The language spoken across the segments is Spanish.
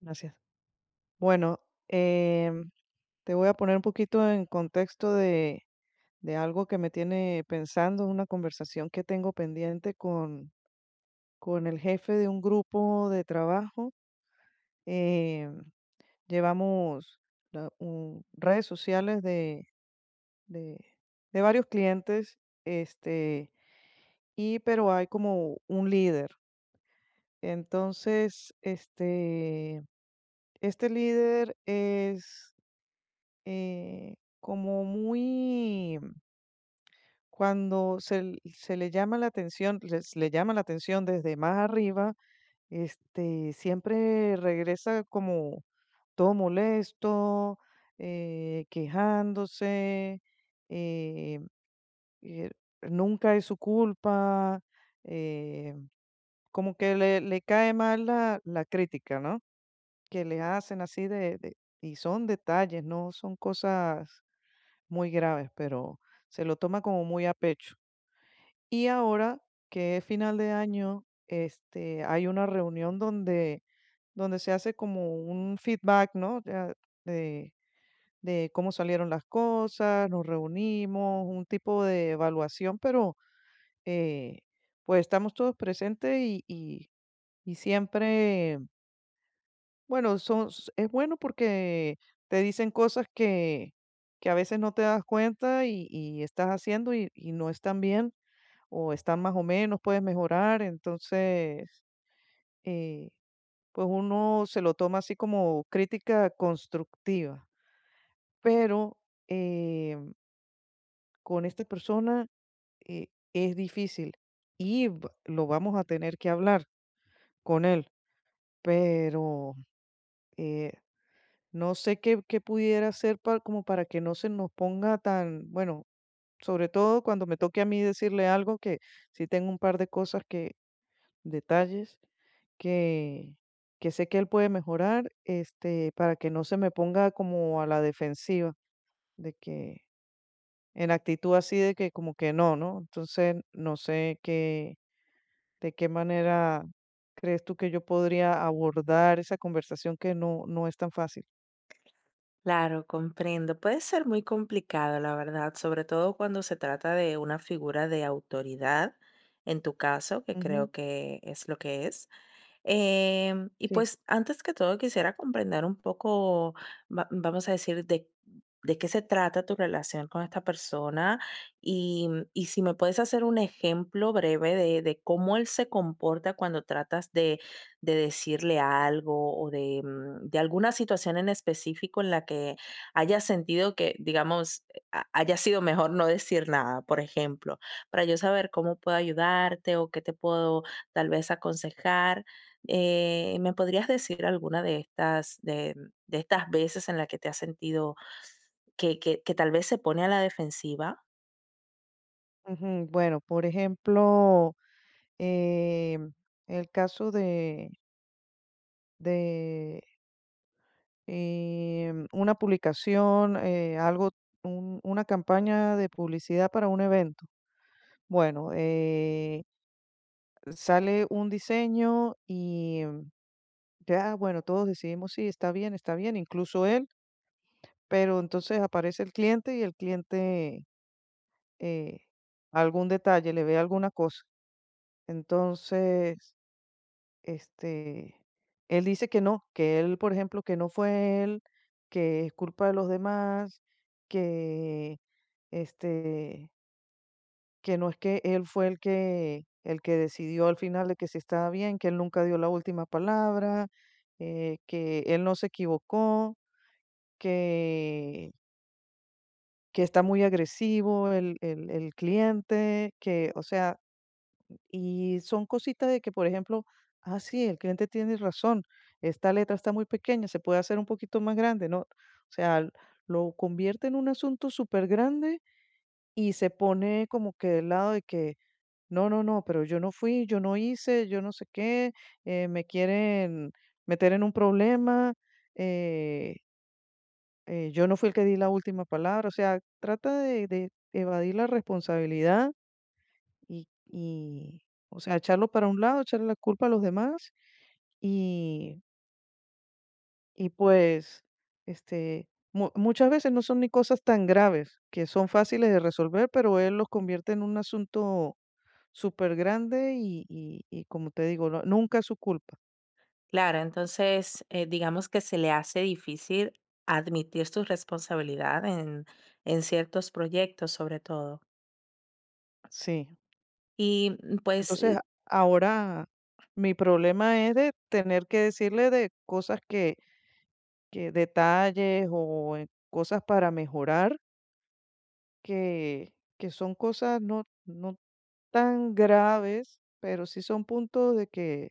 Gracias. Bueno, em, te voy a poner un poquito en contexto de algo que me tiene pensando, una conversación que tengo pendiente con el jefe de un grupo de trabajo. Em, llevamos redes sociales de, de varios clientes, este, y pero hay como un líder. Entonces, este líder es eh, como muy, cuando se le llama la atención, le llama la atención desde más arriba, este, siempre regresa como todo molesto, quejándose, eh, eh, nunca es su culpa, eh, como que le cae mal la crítica, ¿no? Que le hacen así y son detalles, no son cosas muy graves, pero se lo toma como muy a pecho. Y ahora que es final de año, este, hay una reunión donde se hace como un feedback, ¿no? Ya De, de cómo salieron las cosas, nos reunimos, un tipo de evaluación, pero eh, pues estamos todos presentes y siempre bueno, son s es bueno porque te dicen cosas que a veces no te das cuenta y estás haciendo y no están bien, o están más o menos, puedes mejorar. Entonces, eh, pues uno se lo toma así como crítica constructiva. Pero, em, con esta persona, eh, es difícil y va lo vamos a tener que hablar con él, pero, eh, no sé qué, qué pudiera hacer para, como para que no se nos ponga tan, bueno, sobre todo cuando me toque a mí decirle algo, que sí tengo un par de cosas que, detalles que, que sé que él puede mejorar, este, para que no se me ponga como a la defensiva, de que, en actitud así de que como que no, ¿no? Entonces, no sé qué, de qué manera crees tú que yo podría abordar esa conversación que no, no es tan fácil. Claro, comprendo. Puede ser muy complicado, la verdad, sobre todo cuando se trata de una figura de autoridad, en tu caso, que Ujú, creo que es lo que es. Y sí. pues antes que todo quisiera comprender un poco, vamos a decir, de qué se trata tu relación con esta persona y si me puedes hacer un ejemplo breve de cómo él se comporta cuando tratas de decirle algo o de, de alguna situación en específico en la que hayas sentido que, digamos, haya sido mejor no decir nada, por ejemplo, para yo saber cómo puedo ayudarte o qué te puedo tal vez aconsejar. ¿Me podrías decir alguna de estas veces en las que te has sentido que, que tal vez se pone a la defensiva? Ujú, bueno, por ejemplo, em, el caso de una publicación, algo, una campaña de publicidad para un evento. Bueno, sale un diseño y ya, bueno, todos decidimos, sí, está bien, incluso él, pero entonces aparece el cliente y el cliente eh, algún detalle, le ve alguna cosa. Entonces este, él dice que no, que él, por ejemplo, que no fue él, que es culpa de los demás, que, este, que no es que él fue el que decidió al final de que si estaba bien, que él nunca dio la última palabra, que él no se equivocó, que que está muy agresivo el cliente, que, o sea, y son cositas de que, por ejemplo, ah, sí, el cliente tiene razón, esta letra está muy pequeña, se puede hacer un poquito más grande, ¿no? O sea, lo convierte en un asunto súper grande y se pone como que del lado de que, no, no, no, pero yo no fui, yo no hice, yo no sé qué, me quieren meter en un problema, eh, yo no fui el que di la última palabra, o sea, trata de evadir la responsabilidad y, y, o sea, echarlo para un lado, echarle la culpa a los demás y, y pues, este, muchas veces no son ni cosas tan graves, que son fáciles de resolver, pero él los convierte en un asunto súper grande y como te digo, nunca es su culpa. Claro, entonces digamos que se le hace difícil admitir su responsabilidad en ciertos proyectos sobre todo. Sí. Y pues, Entonces, ahora mi problema es de tener que decirle de cosas que detalles o cosas para mejorar que son cosas no, no tan graves, pero sí son puntos de que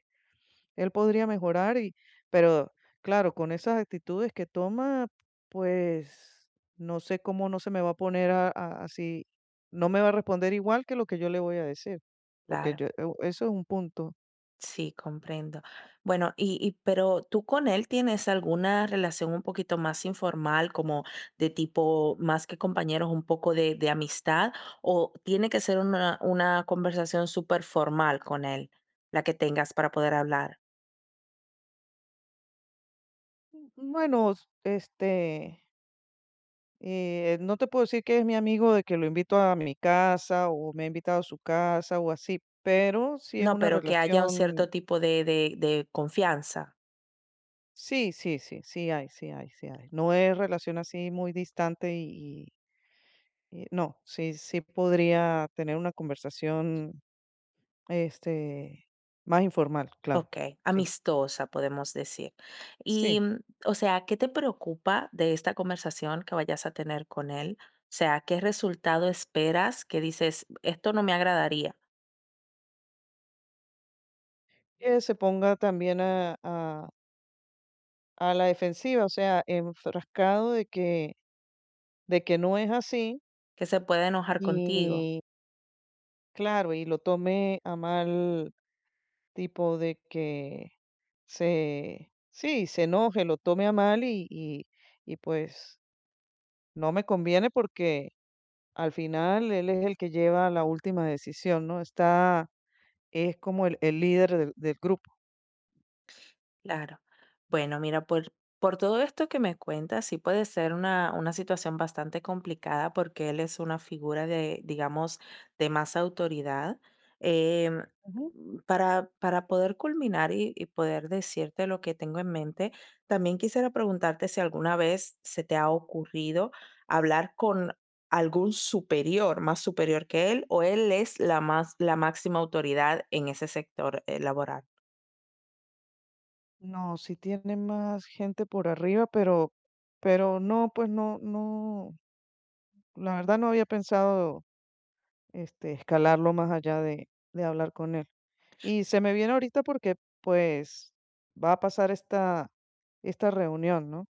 él podría mejorar y, pero claro, con esas actitudes que toma, pues no sé cómo no se me va a poner así, no me va a responder igual que lo que yo le voy a decir, porque claro. yo, eso es un punto. Sí, comprendo. Bueno, y pero tú con él tienes alguna relación un poquito más informal, como de tipo, más que compañeros, un poco de amistad, o tiene que ser una conversación súper formal con él, la que tengas para poder hablar. Bueno, este. No te puedo decir que es mi amigo de que lo invito a mi casa o me ha invitado a su casa o así, pero sí es No, una pero que haya un relación, cierto tipo de confianza. sí, sí, sí, sí hay, sí hay, sí hay. No es relación así muy distante no, sí, sí podría tener una conversación, este, más informal, claro, Okey, sí, amistosa, podemos decir. Y, sí. O sea, ¿qué te preocupa de esta conversación que vayas a tener con él? O sea, ¿qué resultado esperas que dices: "Esto no me agradaría"? Que se ponga también a la defensiva, o sea, enfrascado de que no es así. Que se pueda enojar contigo. Claro, y lo tome a mal, tipo de que se sí, se enoje, lo tome a mal y pues no me conviene porque al final él es el que lleva la última decisión, ¿no? Está es como el líder del del grupo. Claro. Bueno, mira, por todo esto que me cuentas, sí puede ser una situación bastante complicada porque él es una figura de, digamos, de más autoridad. Em, Ujú. para poder culminar y poder decirte lo que tengo en mente, también quisiera preguntarte si alguna vez se te ha ocurrido hablar con algún superior, más superior que él, o él es la más, la máxima autoridad en ese sector, laboral. No, sí tiene más gente por arriba, pero no, pues no, no, la verdad no había pensado este escalarlo más allá de hablar con él. Y se me viene ahorita porque pues va a pasar esta reunión, ¿no?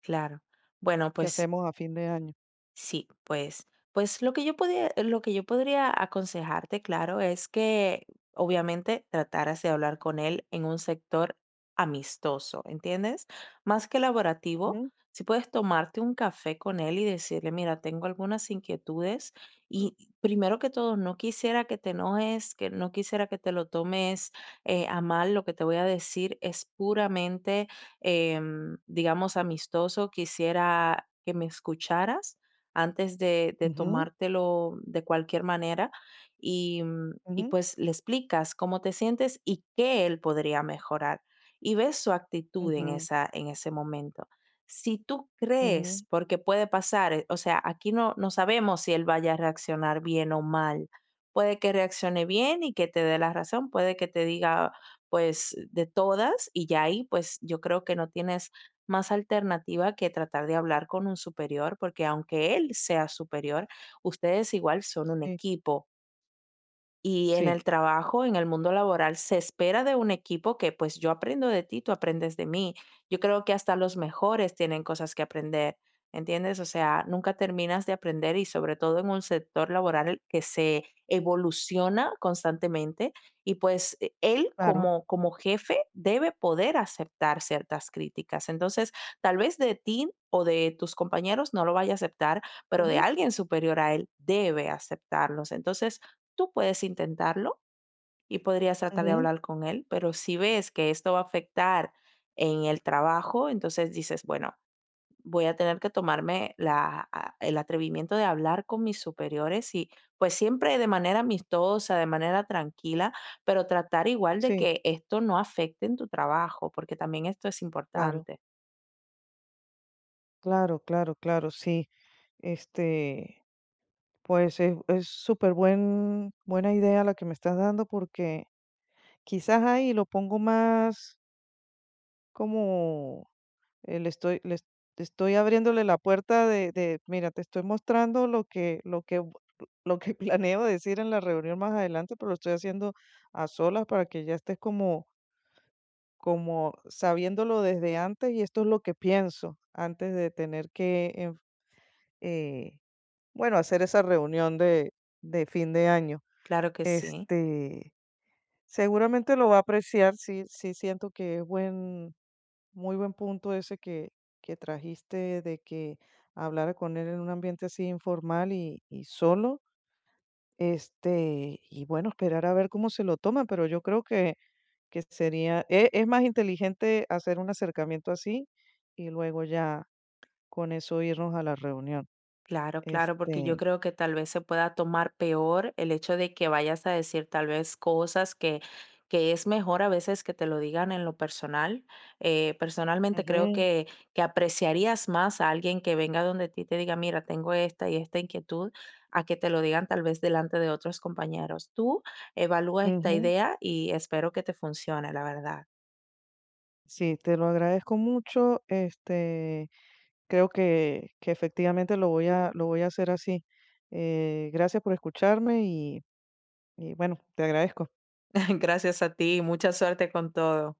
Claro. Bueno, Que pues hacemos a fin de año. sí, pues, pues lo que yo podía, lo que yo podría aconsejarte, claro, es que obviamente trataras de hablar con él en un sector amistoso, ¿entiendes? Más que laborativo, Ujú, si puedes tomarte un café con él y decirle, mira, tengo algunas inquietudes y primero que todo, no quisiera que te enojes, que no quisiera que te lo tomes a mal, lo que te voy a decir es puramente, digamos, amistoso, quisiera que me escucharas antes de ujú, tomártelo de cualquier manera y, y ujú, pues le explicas cómo te sientes y qué él podría mejorar y ves su actitud en, ujú, esa, en ese momento. Si tú ujú, crees, porque puede pasar, o sea, aquí no, no sabemos si él vaya a reaccionar bien o mal. Puede que reaccione bien y que te dé la razón, puede que te diga pues de todas y ya ahí pues yo creo que no tienes más alternativa que tratar de hablar con un superior, porque aunque él sea superior, ustedes igual son un sí, equipo. Y en sí, el trabajo, en el mundo laboral, se espera de un equipo que pues yo aprendo de ti, tú aprendes de mí. Yo creo que hasta los mejores tienen cosas que aprender, ¿entiendes? O sea, nunca terminas de aprender y sobre todo en un sector laboral que se evoluciona constantemente y pues él claro. como, como jefe debe poder aceptar ciertas críticas. Entonces, tal vez de ti o de tus compañeros no lo vaya a aceptar, pero de Ujú, alguien superior a él debe aceptarlos. Entonces, tú puedes intentarlo y podrías tratar de ujú, hablar con él, pero si ves que esto va a afectar en el trabajo, entonces dices, bueno, voy a tener que tomarme la, el atrevimiento de hablar con mis superiores y pues siempre de manera amistosa, de manera tranquila, pero tratar igual de sí, que esto no afecte en tu trabajo, porque también esto es claro, importante. claro, claro, claro, sí. Este, pues es súper buen, buena idea la que me estás dando porque quizás ahí lo pongo más como le estoy, le est- estoy abriéndole la puerta mira, te estoy mostrando lo que, lo que, lo que planeo decir en la reunión más adelante, pero lo estoy haciendo a solas para que ya estés como, como sabiéndolo desde antes y esto es lo que pienso antes de tener que, eh, bueno, hacer esa reunión de fin de año. Claro que sí. Este, seguramente lo va a apreciar, sí, sí siento que es buen, muy buen punto ese que trajiste de que hablara con él en un ambiente así informal y solo. Este, y bueno, esperar a ver cómo se lo toma, pero yo creo que sería, es, más inteligente hacer un acercamiento así y luego ya con eso irnos a la reunión. Claro, claro, porque yo Este, creo que tal vez se pueda tomar peor el hecho de que vayas a decir tal vez cosas que es mejor a veces que te lo digan en lo personal. Personalmente creo ujú, que apreciarías más a alguien que venga donde ti y te diga, mira, tengo esta y esta inquietud, a que te lo digan tal vez delante de otros compañeros. Tú evalúa esta ujú. idea y espero que te funcione, la verdad. Sí, te lo agradezco mucho. Este. Creo que efectivamente lo voy a hacer así. Gracias por escucharme y bueno, te agradezco. Gracias a ti y mucha suerte con todo.